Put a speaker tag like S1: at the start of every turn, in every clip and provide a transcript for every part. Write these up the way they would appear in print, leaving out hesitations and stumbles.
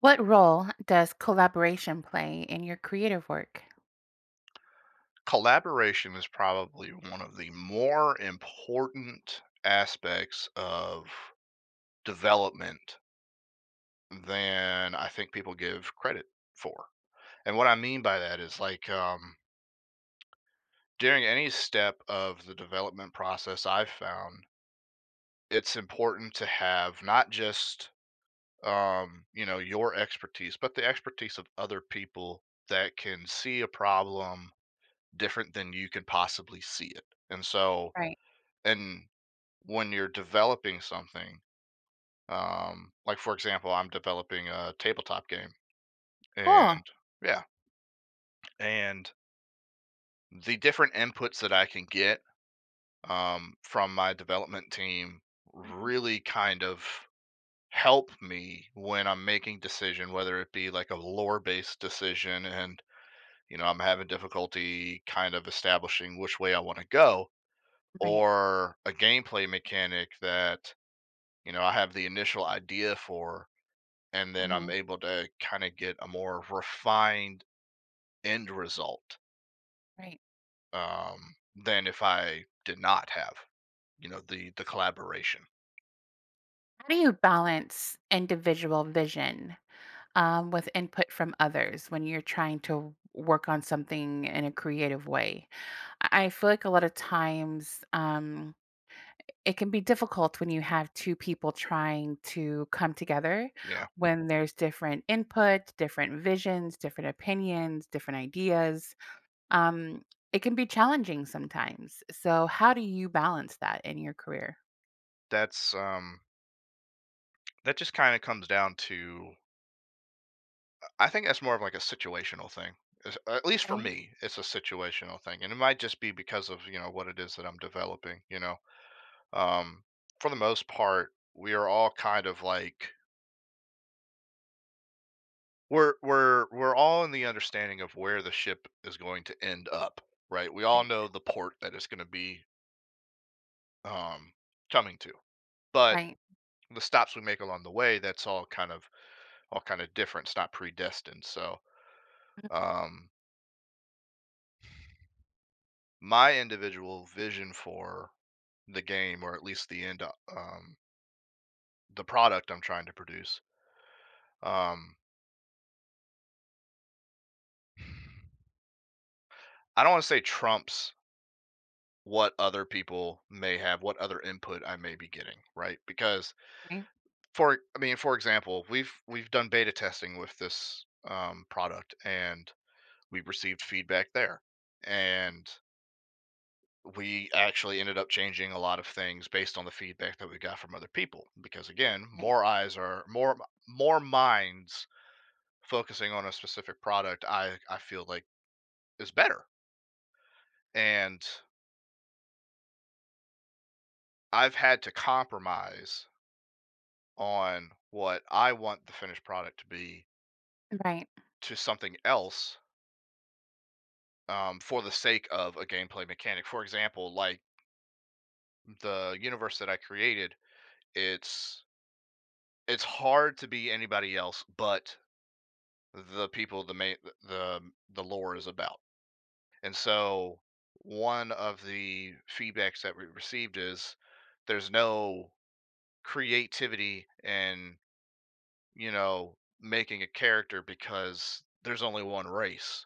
S1: What role does collaboration play in your creative work?
S2: Collaboration is probably one of the more important aspects of development than I think people give credit for. And what I mean by that is during any step of the development process, I've found it's important to have not just your expertise, but the expertise of other people that can see a problem different than you can possibly see it. And so,
S1: Right.
S2: and when you're developing something, like for example, I'm developing a tabletop game,
S1: Cool.
S2: and yeah, and the different inputs that I can get from my development team
S1: Mhm.
S2: really kind of help me when I'm making decision, whether it be like a lore based decision, and I'm having difficulty kind of establishing which way I want to go,
S1: Right.
S2: or a gameplay mechanic that I have the initial idea for, and then I'm
S1: Mhm.
S2: able to kind of get a more refined end result
S1: Right.
S2: um, than if I did not have, the collaboration.
S1: How do you balance individual vision with input from others when you're trying to work on something in a creative way? I feel like a lot of times it can be difficult when you have two people trying to come together
S2: Yeah,
S1: when there's different input, different visions, different opinions, different ideas, um, it can be challenging sometimes. So how do you balance that in your career?
S2: that's um, that just kind of comes down to. I think that's more of like a situational thing. At least for
S1: Right,
S2: me, it's a situational thing, and it might just be because of what it is that I'm developing. Um, for the most part, we are all kind of like we're all in the understanding of where the ship is going to end up, right? We all
S1: right,
S2: know the port that it's going to be um, coming to, but
S1: right,
S2: the stops we make along the way, that's all kind of different. It's not predestined. So um, my individual vision for the game, or at least the end, the product I'm trying to produce, um, I don't want to say trumps what other people may have, what other input I may be getting, right? Because
S1: right,
S2: for I mean, for example, we've done beta testing with this product, and we received feedback there, and we actually ended up changing a lot of things based on the feedback that we got from other people. Because again,
S1: right,
S2: more eyes are more minds focusing on a specific product. I feel like is better, and I've had to compromise on what I want the finished product to be
S1: right,
S2: to something else for the sake of a gameplay mechanic. For example, like the universe that I created, it's it's hard to be anybody else but the people the main the the lore is about. And so one of the feedbacks that we received is there's no creativity in making a character because there's only one race.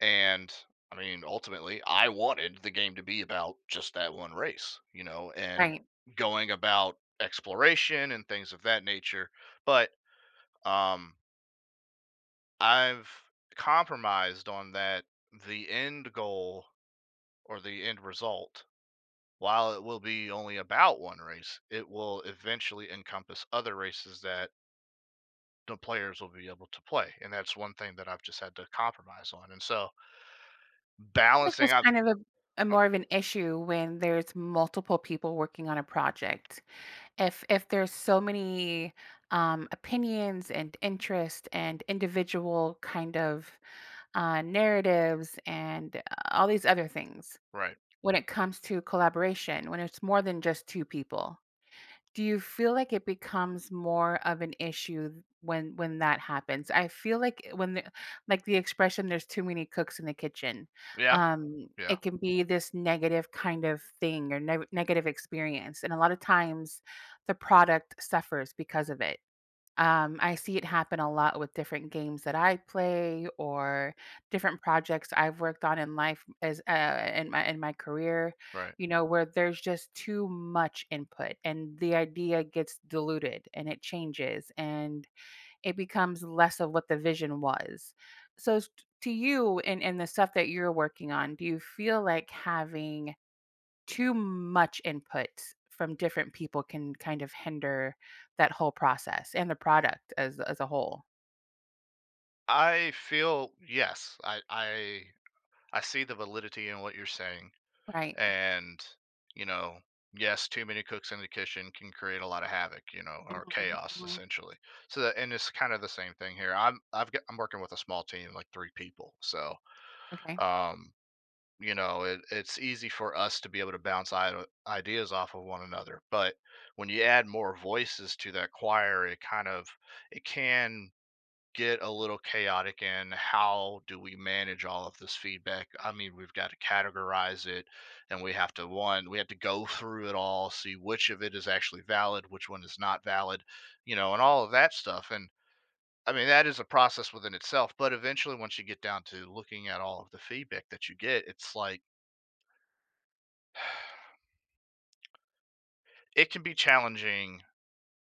S2: And I mean, ultimately, I wanted the game to be about just that one race, you know, and
S1: right.
S2: going about exploration and things of that nature. But um, I've compromised on that, the end goal or the end result, while it will be only about one race, it will eventually encompass other races that the players will be able to play. And that's one thing that I've just had to compromise on. And so
S1: I feel like
S2: balancing
S1: there's
S2: out,
S1: kind of a more of an issue when there's multiple people working on a project. If there's so many opinions and interest and individual kind of narratives and all these other things
S2: right.
S1: when it comes to collaboration, when it's more than just two people. Do you feel like it becomes more of an issue when that happens? I feel like when like the expression "there's too many cooks in the kitchen,"
S2: Yeah. Yeah.
S1: it can be this negative kind of thing or negative experience, and a lot of times the product suffers because of it. I see it happen a lot with different games that I play or different projects I've worked on in life as in my career,
S2: Right.
S1: you know, where there's just too much input and the idea gets diluted and it changes and it becomes less of what the vision was. So to you and the stuff that you're working on, do you feel like having too much input from different people can kind of hinder that whole process and the product as a whole.
S2: I feel yes. I I see the validity in what you're saying,
S1: Right.
S2: and you know, yes, too many cooks in the kitchen can create a lot of havoc, you know,
S1: Mhm,
S2: or chaos
S1: mhm.
S2: essentially. So, that, and it's kind of the same thing here. I've got, I'm working with a small team, like three people, so
S1: Okay,
S2: um, you know, it's easy for us to be able to bounce ideas off of one another. But when you add more voices to that choir, it kind of it can get a little chaotic in how do we manage all of this feedback. I mean, we've got to categorize it, and we have to, one, we have to go through it all, see which of it is actually valid, which one is not valid, you know, and all of that stuff. And I mean that is a process within itself, but eventually, once you get down to looking at all of the feedback that you get, it's like it can be challenging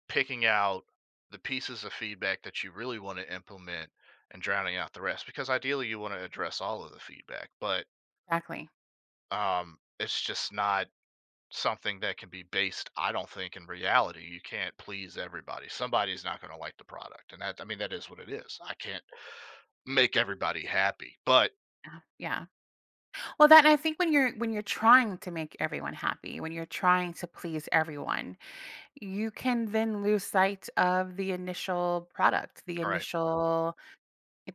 S2: picking out the pieces of feedback that you really want to implement and drowning out the rest, because ideally you want to address all of the feedback, but
S1: exactly.
S2: it's just not something that can be based. I don't think in reality you can't please everybody. Somebody's not going to like the product, and that, I mean, that is what it is. I can't make everybody happy, but
S1: Yeah, yeah. Well, that I think when you're trying to make everyone happy, when you're trying to please everyone, you can then lose sight of the initial product, the
S2: all right.
S1: initial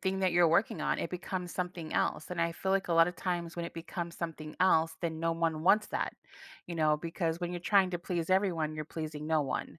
S1: thing that you're working on, it becomes something else. And I feel like a lot of times when it becomes something else, then no one wants that, you know, because when you're trying to please everyone, you're pleasing no one.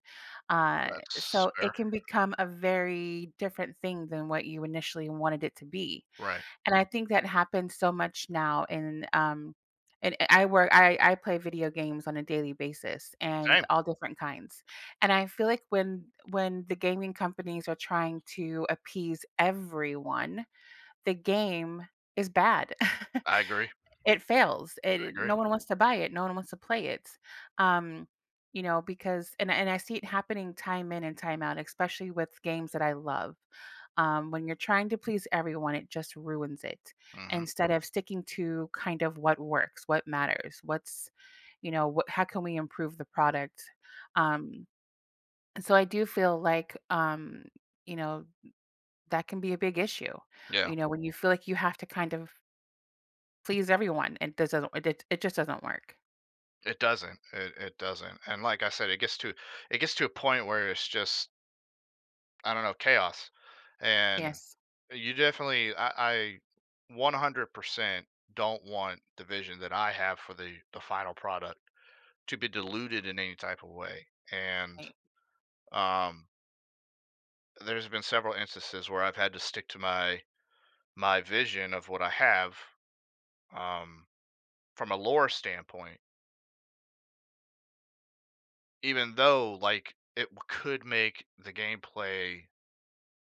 S1: Uh,
S2: That's
S1: so
S2: fair.
S1: it can become a very different thing than what you initially wanted it to be.
S2: Right.
S1: And I think that happens so much now. And I work I play video games on a daily basis and
S2: Same.
S1: all different kinds. And I feel like when the gaming companies are trying to appease everyone, the game is bad.
S2: I agree. I
S1: It fails. It
S2: agree.
S1: No one wants to buy it. No one wants to play it. Um, you know, because and I see it happening time in and time out, especially with games that I love. When you're trying to please everyone, it just ruins it.
S2: Hmm.
S1: Instead of sticking to kind of what works, what matters, you know, what how can we improve the product? Um, so I do feel like, you know, that can be a big issue.
S2: Yeah,
S1: You know, when you feel like you have to kind of please everyone. It just doesn't work.
S2: it doesn't, it doesn't. And like I said, it gets to, it gets to a point where it's just, I don't know, chaos. And
S1: Yes.
S2: you definitely, I 100% don't want the vision that I have for the final product to be diluted in any type of way. And
S1: Right.
S2: um, there's been several instances where I've had to stick to my vision of what I have um, from a lore standpoint, even though like could make the gameplay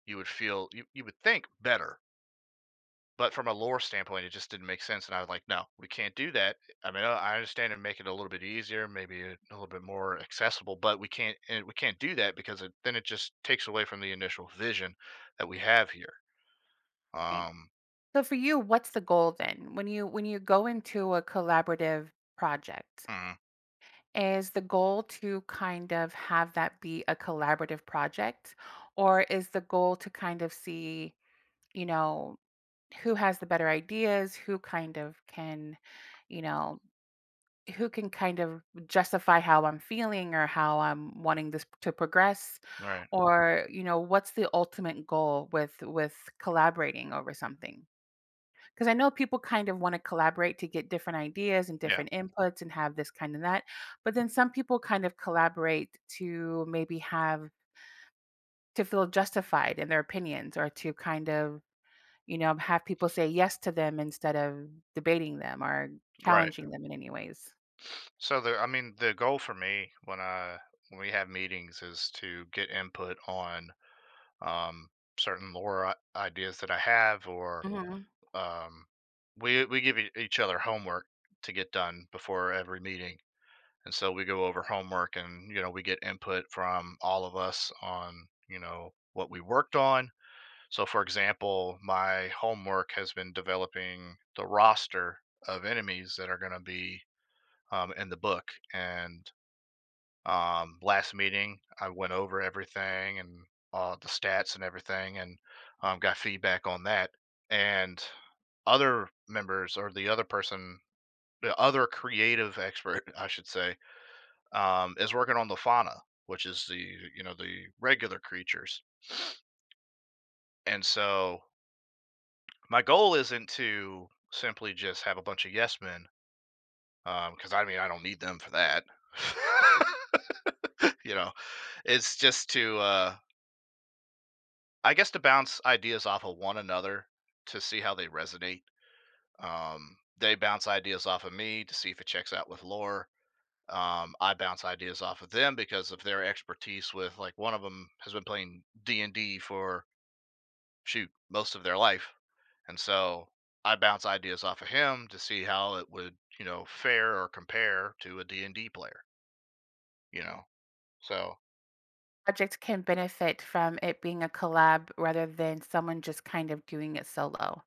S2: you would feel, you would think better. But from a lore standpoint, it just didn't make sense, and I was like, "No, we can't do that." I mean, I understand, and make it a little bit easier, maybe a little bit more accessible, but we can't, and we can't do that because it, then it just takes away from the initial vision that we have here.
S1: Right.
S2: Um,
S1: So for you, what's the goal then? When you go into a collaborative project,
S2: mm,
S1: is the goal to kind of have that be a collaborative project? Or is the goal to kind of see, you know, who has the better ideas, who kind of can, you know, who can kind of justify how I'm feeling or how I'm wanting this to progress
S2: right,
S1: or you know what's the ultimate goal with collaborating over something because I know people kind of want to collaborate to get different ideas and
S2: yeah,
S1: different inputs and have this kind of that, but then some people kind of collaborate to maybe have to feel justified in their opinions or to kind of you know have people say yes to them instead of debating them or
S2: right.
S1: challenging them in any ways.
S2: So the, I mean, the goal for me when I, when we have meetings is to get input on um, certain lore ideas that I have, or
S1: Mhm.
S2: Um, we give each other homework to get done before every meeting, and so we go over homework, and you know we get input from all of us on you know what we worked on. So, for example, my homework has been developing the roster of enemies that are going to be in the book, and last meeting, I went over everything and the stats and everything, and got feedback on that. And other members, or the other person, the other creative expert, I should say, is working on the fauna, which is the you know the regular creatures. And so my goal isn't to simply just have a bunch of yes men, because I mean I don't need them for that. You know, it's just to I guess to bounce ideas off of one another to see how they resonate. They bounce ideas off of me to see if it checks out with lore. I bounce ideas off of them because of their expertise with, like, one of them has been playing D and D for shoot most of their life, and so I bounce ideas off of him to see how it would you know fare or compare to a D and D player. You know, so
S1: Project can benefit from it being a collab rather than someone just kind of doing it solo?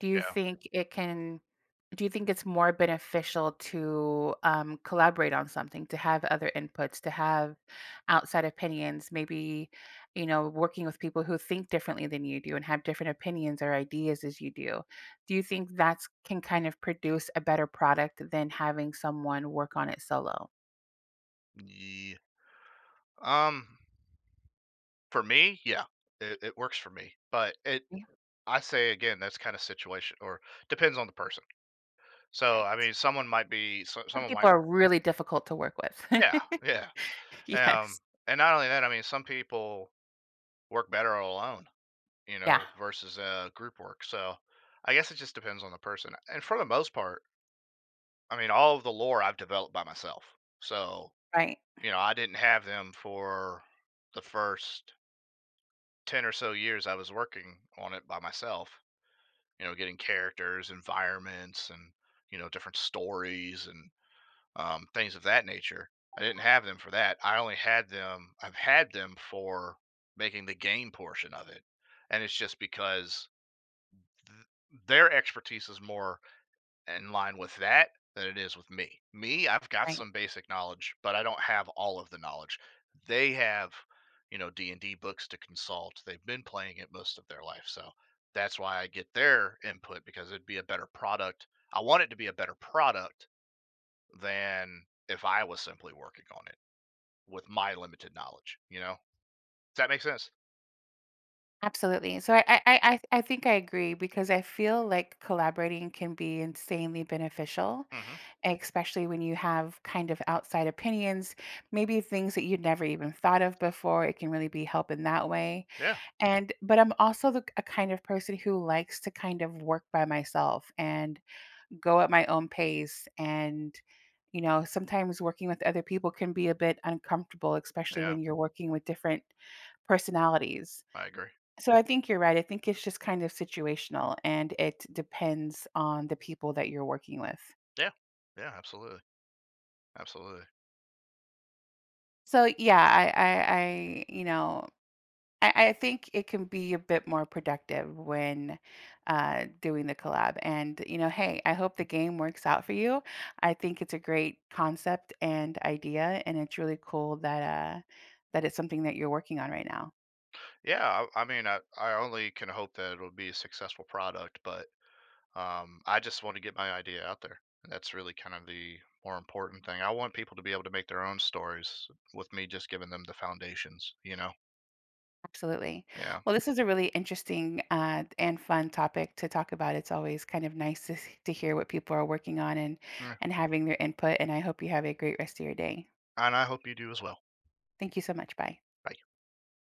S1: Do you
S2: yeah.
S1: think it can, do you think it's more beneficial to collaborate on something, to have other inputs, to have outside opinions, maybe, you know, working with people who think differently than you do and have different opinions or ideas as you do? Do you think that's can kind of produce a better product than having someone work on it solo?
S2: Ye- um, for me, yeah, it works for me, but it,
S1: Yeah.
S2: I say again, that's kind of situation, or depends on the person. So I
S1: Right.
S2: mean,
S1: Some
S2: someone might,
S1: people are really difficult to work with.
S2: yeah. Yeah. Um,
S1: Yes.
S2: and not only that, I mean, some people work better alone, you
S1: Yeah,
S2: know, versus group work. So I guess it just depends on the person. And for the most part, I mean, all of the lore I've developed by myself. So
S1: right,
S2: you know, I didn't have them for the first 10 or so years. I was working on it by myself, you know, getting characters, environments, and you know different stories and things of that nature. I didn't have them for that. I only had them. I've had them for making the game portion of it, and it's just because their expertise is more in line with that than it is with me. Me, I've got
S1: right.
S2: some basic knowledge, but I don't have all of the knowledge. They have, you know, D and D books to consult. They've been playing it most of their life, so that's why I get their input, because it'd be a better product. I want it to be a better product than if I was simply working on it with my limited knowledge, you know? Does that make sense?
S1: Absolutely. So I think I agree because I feel like collaborating can be insanely beneficial,
S2: Hmm.
S1: especially when you have kind of outside opinions, maybe things that you'd never even thought of before. It can really be help in that way.
S2: Yeah.
S1: And but I'm also the a kind of person who likes to kind of work by myself and go at my own pace, and you know sometimes working with other people can be a bit uncomfortable, especially
S2: Yeah.
S1: when you're working with different personalities.
S2: I agree.
S1: So I think you're right, I think it's just kind of situational and it depends on the people that you're working with.
S2: Yeah. Yeah. Absolutely. Absolutely.
S1: So yeah, I you know I think it can be a bit more productive when, doing the collab, and, you know, hey, I hope the game works out for you. I think it's a great concept and idea, and it's really cool that, that it's something that you're working on right now.
S2: Yeah. I mean, I only can hope that it'll be a successful product, but I just want to get my idea out there. That's really kind of the more important thing. I want people to be able to make their own stories with me just giving them the foundations, you know?
S1: Absolutely.
S2: Yeah.
S1: Well, this is a really interesting, and fun topic to talk about. It's always kind of nice to s to hear what people are working on and
S2: Yeah.
S1: having their input, and I hope you have a great rest of your day.
S2: And I hope you do as well.
S1: Thank you so much, bye.